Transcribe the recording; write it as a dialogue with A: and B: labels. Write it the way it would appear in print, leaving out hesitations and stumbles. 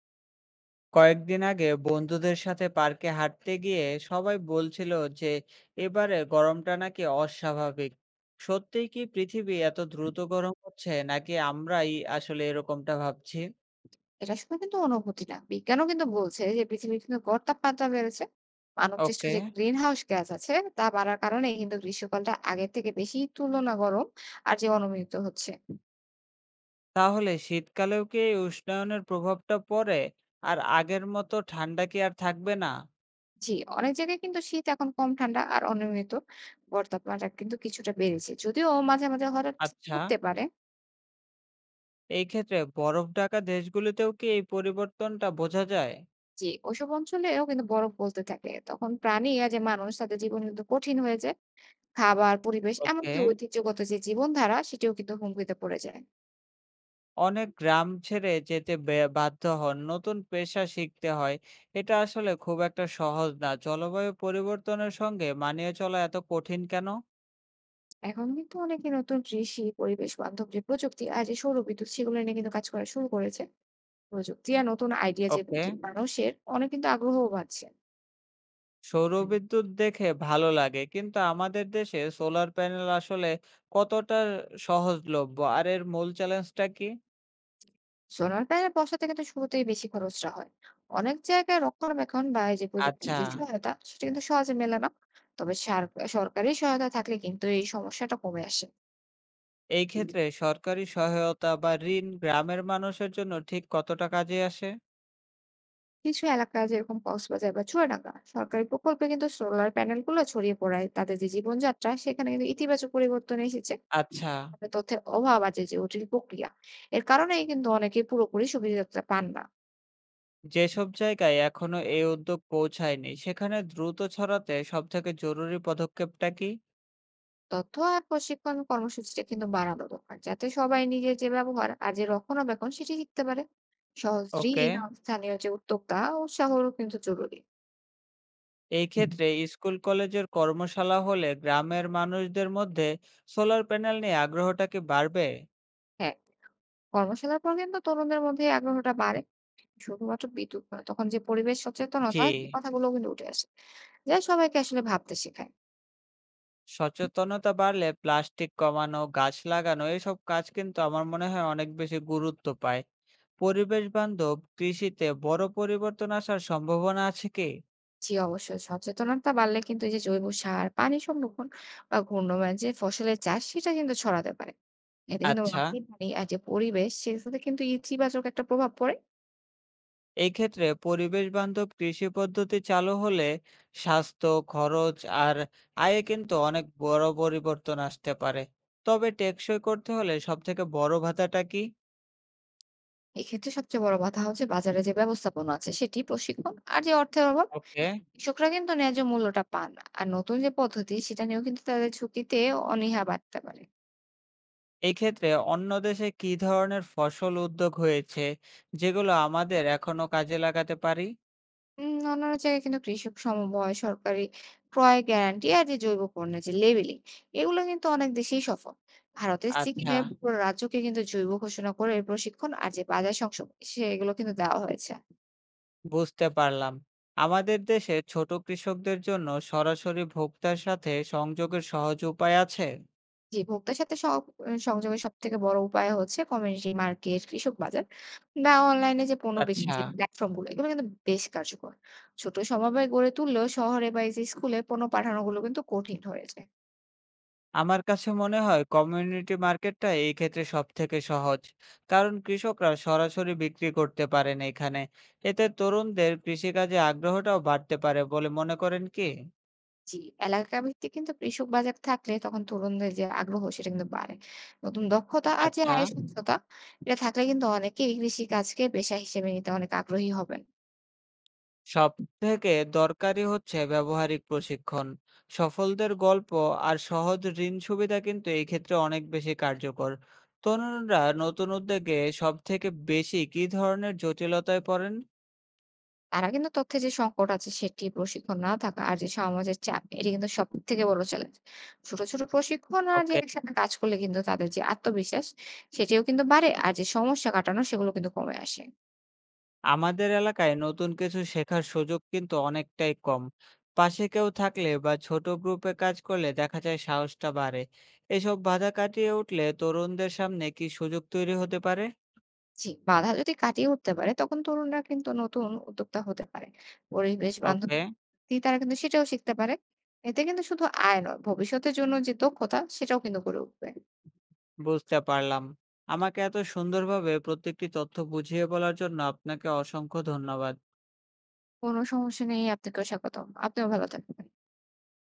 A: কয়েকদিন আগে বন্ধুদের সাথে পার্কে হাঁটতে গিয়ে সবাই বলছিল যে এবারে গরমটা নাকি অস্বাভাবিক। সত্যিই কি পৃথিবী এত দ্রুত গরম হচ্ছে নাকি আমরাই আসলে এরকমটা ভাবছি?
B: এটা শুধু কিন্তু অনুভূতি না। বিজ্ঞানও কিন্তু বলছে যে পৃথিবীর কিন্তু গড় তাপমাত্রা বেড়েছে। মানবসৃষ্ট
A: ওকে,
B: যে গ্রিন হাউস গ্যাস আছে তা বাড়ার কারণে কিন্তু গ্রীষ্মকালটা আগের থেকে বেশি তুলনা গরম আর যে অনিয়মিত হচ্ছে।
A: তাহলে শীতকালেও কি এই উষ্ণায়নের প্রভাবটা পড়ে? আর আগের মতো ঠান্ডা কি আর থাকবে না?
B: জি, অনেক জায়গায় কিন্তু শীত এখন কম ঠান্ডা আর অনিয়মিত গড় তাপমাত্রা কিন্তু কিছুটা বেড়েছে। যদিও মাঝে হঠাৎ
A: আচ্ছা,
B: পড়তে পারে।
A: এই ক্ষেত্রে বরফ ঢাকা দেশগুলিতেও কি এই পরিবর্তনটা বোঝা যায়?
B: জি, ওইসব অঞ্চলেও কিন্তু বরফ গলতে থাকে। তখন প্রাণী আর যে মানুষ তাদের জীবন কিন্তু কঠিন হয়ে যায়। খাবার, পরিবেশ
A: ওকে,
B: এমনকি ঐতিহ্যগত যে জীবনধারা সেটিও কিন্তু হুমকিতে পড়ে যায়।
A: অনেক গ্রাম ছেড়ে যেতে বাধ্য হন। নতুন পেশা শিখতে হয়। এটা আসলে খুব একটা সহজ না। জলবায়ু পরিবর্তনের সঙ্গে মানিয়ে চলা এত কঠিন কেন?
B: এখন কিন্তু অনেকে নতুন কৃষি, পরিবেশ বান্ধব যে প্রযুক্তি আর যে সৌরবিদ্যুৎ সেগুলো নিয়ে কিন্তু কাজ করা শুরু করেছে। প্রযুক্তি আর নতুন আইডিয়া যে
A: ওকে।
B: বুদ্ধি, মানুষের অনেক কিন্তু আগ্রহও বাড়ছে।
A: সৌরবিদ্যুৎ দেখে ভালো লাগে। কিন্তু আমাদের দেশে সোলার প্যানেল আসলে কতটা সহজলভ্য? আর এর মূল চ্যালেঞ্জটা কি?
B: সোলার প্যানেল বসাতে কিন্তু শুরুতেই বেশি খরচটা হয়। অনেক জায়গায় রক্ষণাবেক্ষণ বা এই যে প্রযুক্তির
A: আচ্ছা।
B: যে সহায়তা সেটা কিন্তু সহজে মেলে না। তবে সার সরকারি সহায়তা থাকলে কিন্তু এই সমস্যাটা কমে আসে।
A: এই ক্ষেত্রে সরকারি সহায়তা বা ঋণ গ্রামের মানুষের জন্য ঠিক কতটা কাজে আসে?
B: কিছু এলাকা যেরকম কক্সবাজার বা চুয়াডাঙ্গা সরকারি প্রকল্পে কিন্তু সোলার প্যানেল গুলো ছড়িয়ে পড়ায় তাদের যে জীবনযাত্রা সেখানে কিন্তু ইতিবাচক পরিবর্তন এসেছে।
A: আচ্ছা।
B: তবে তথ্যের অভাব আছে যে জটিল প্রক্রিয়া এর কারণেই কিন্তু অনেকে পুরোপুরি সুবিধাটা পান না।
A: যেসব জায়গায় এখনো এই উদ্যোগ পৌঁছায়নি সেখানে দ্রুত ছড়াতে সবথেকে জরুরি পদক্ষেপটা কি?
B: তথ্য আর প্রশিক্ষণ কর্মসূচিটা কিন্তু বাড়ানো দরকার যাতে সবাই নিজের যে ব্যবহার আর যে রক্ষণাবেক্ষণ সেটি শিখতে পারে। সহজ
A: ওকে।
B: ঋণ আর স্থানীয় যে উদ্যোক্তা উৎসাহও কিন্তু জরুরি।
A: এই ক্ষেত্রে স্কুল কলেজের কর্মশালা হলে গ্রামের মানুষদের মধ্যে সোলার প্যানেল নিয়ে আগ্রহটা কি বাড়বে?
B: হ্যাঁ, কর্মশালার পর কিন্তু তরুণদের মধ্যে এই আগ্রহটা বাড়ে। শুধুমাত্র বিদ্যুৎ নয়, তখন যে পরিবেশ
A: জি,
B: সচেতনতা এই কথাগুলো কিন্তু উঠে আসে। যা সবাইকে আসলে ভাবতে শেখায়।
A: সচেতনতা বাড়লে প্লাস্টিক কমানো গাছ লাগানো এসব কাজ কিন্তু আমার মনে হয় অনেক বেশি গুরুত্ব পায়। পরিবেশ বান্ধব কৃষিতে বড় পরিবর্তন আসার সম্ভাবনা আছে কি?
B: জি, অবশ্যই সচেতনতা বাড়লে কিন্তু এই যে জৈব সার, পানি সংরক্ষণ বা ঘূর্ণময় যে ফসলের চাষ সেটা কিন্তু ছড়াতে পারে। এতে কিন্তু
A: আচ্ছা,
B: মাটির পানি আর যে পরিবেশ সেটাতে কিন্তু ইতিবাচক একটা প্রভাব পড়ে।
A: এই ক্ষেত্রে পরিবেশ বান্ধব কৃষি পদ্ধতি চালু হলে স্বাস্থ্য, খরচ আর আয়ে কিন্তু অনেক বড় পরিবর্তন আসতে পারে। তবে টেকসই করতে হলে সবথেকে বড় ভাতাটা কি?
B: এক্ষেত্রে সবচেয়ে বড় কথা হচ্ছে বাজারে যে ব্যবস্থাপনা আছে সেটি প্রশিক্ষণ আর যে অর্থের অভাব।
A: ওকে,
B: কৃষকরা কিন্তু ন্যায্য মূল্যটা পান না। আর নতুন যে পদ্ধতি সেটা নিয়েও কিন্তু তাদের ঝুঁকিতে অনীহা বাড়তে পারে।
A: এই ক্ষেত্রে অন্য দেশে কি ধরনের ফসল উদ্যোগ হয়েছে যেগুলো আমাদের এখনো কাজে লাগাতে পারি?
B: অন্যান্য জায়গায় কিন্তু কৃষক সমবায়, সরকারি ক্রয় গ্যারান্টি আর যে জৈব পণ্যের যে লেবেলিং, এগুলো কিন্তু অনেক দেশেই সফল। ভারতের
A: আচ্ছা,
B: সিকিমে পুরো রাজ্যকে কিন্তু জৈব ঘোষণা করে প্রশিক্ষণ আর যে বাজার সংযোগ সেগুলো কিন্তু দেওয়া হয়েছে।
A: বুঝতে পারলাম। আমাদের দেশে ছোট কৃষকদের জন্য সরাসরি ভোক্তার সাথে সংযোগের সহজ উপায় আছে?
B: যে ভোক্তার সাথে স সংযোগের সবথেকে বড় উপায় হচ্ছে কমিউনিটি মার্কেট, কৃষক বাজার বা অনলাইনে যে পণ্য বিক্রির
A: আচ্ছা,
B: যে প্ল্যাটফর্ম গুলো এগুলো কিন্তু বেশ কার্যকর। ছোট সমবায় গড়ে তুললেও শহরে বা এই যে স্কুলে পণ্য পাঠানোগুলো কিন্তু কঠিন হয়ে যায়।
A: আমার কাছে মনে হয় কমিউনিটি মার্কেটটা এই ক্ষেত্রে সব থেকে সহজ, কারণ কৃষকরা সরাসরি বিক্রি করতে পারেন এখানে। এতে তরুণদের কৃষিকাজে আগ্রহটাও বাড়তে পারে বলে মনে করেন কি?
B: জি, এলাকা ভিত্তিক কিন্তু কৃষক বাজার থাকলে তখন তরুণদের যে আগ্রহ সেটা কিন্তু বাড়ে। নতুন দক্ষতা আর যে
A: আচ্ছা,
B: আয়ের স্বচ্ছতা, এটা থাকলে কিন্তু অনেকেই কৃষি কাজকে পেশা হিসেবে নিতে অনেক আগ্রহী হবেন।
A: সব থেকে দরকারি হচ্ছে ব্যবহারিক প্রশিক্ষণ, সফলদের গল্প আর সহজ ঋণ সুবিধা কিন্তু এই ক্ষেত্রে অনেক বেশি কার্যকর। তরুণরা নতুন উদ্যোগে সব থেকে বেশি কি ধরনের জটিলতায় পড়েন?
B: তারা কিন্তু তথ্যের যে সংকট আছে সেটি, প্রশিক্ষণ না থাকা আর যে সমাজের চাপ এটি কিন্তু সবথেকে বড় চ্যালেঞ্জ। ছোট, ছোট প্রশিক্ষণ আর যে
A: ওকে,
B: একসাথে কাজ করলে কিন্তু তাদের যে আত্মবিশ্বাস সেটিও কিন্তু বাড়ে আর যে সমস্যা কাটানো সেগুলো কিন্তু কমে আসে।
A: আমাদের এলাকায় নতুন কিছু শেখার সুযোগ কিন্তু অনেকটাই কম। পাশে কেউ থাকলে বা ছোট গ্রুপে কাজ করলে দেখা যায় সাহসটা বাড়ে। এসব বাধা কাটিয়ে উঠলে তরুণদের সামনে কি সুযোগ তৈরি হতে পারে?
B: জি, বাধা যদি কাটিয়ে উঠতে পারে তখন তরুণরা কিন্তু নতুন উদ্যোক্তা হতে পারে। পরিবেশ বান্ধব
A: ওকে,
B: কি তারা কিন্তু সেটাও শিখতে পারে। এতে কিন্তু শুধু আয় নয়, ভবিষ্যতের জন্য যে দক্ষতা সেটাও কিন্তু গড়ে উঠবে।
A: বুঝতে পারলাম। আমাকে এত সুন্দরভাবে প্রত্যেকটি তথ্য বুঝিয়ে বলার জন্য আপনাকে অসংখ্য ধন্যবাদ।
B: কোনো সমস্যা নেই। আপনাকেও স্বাগতম। আপনিও ভালো থাকবেন।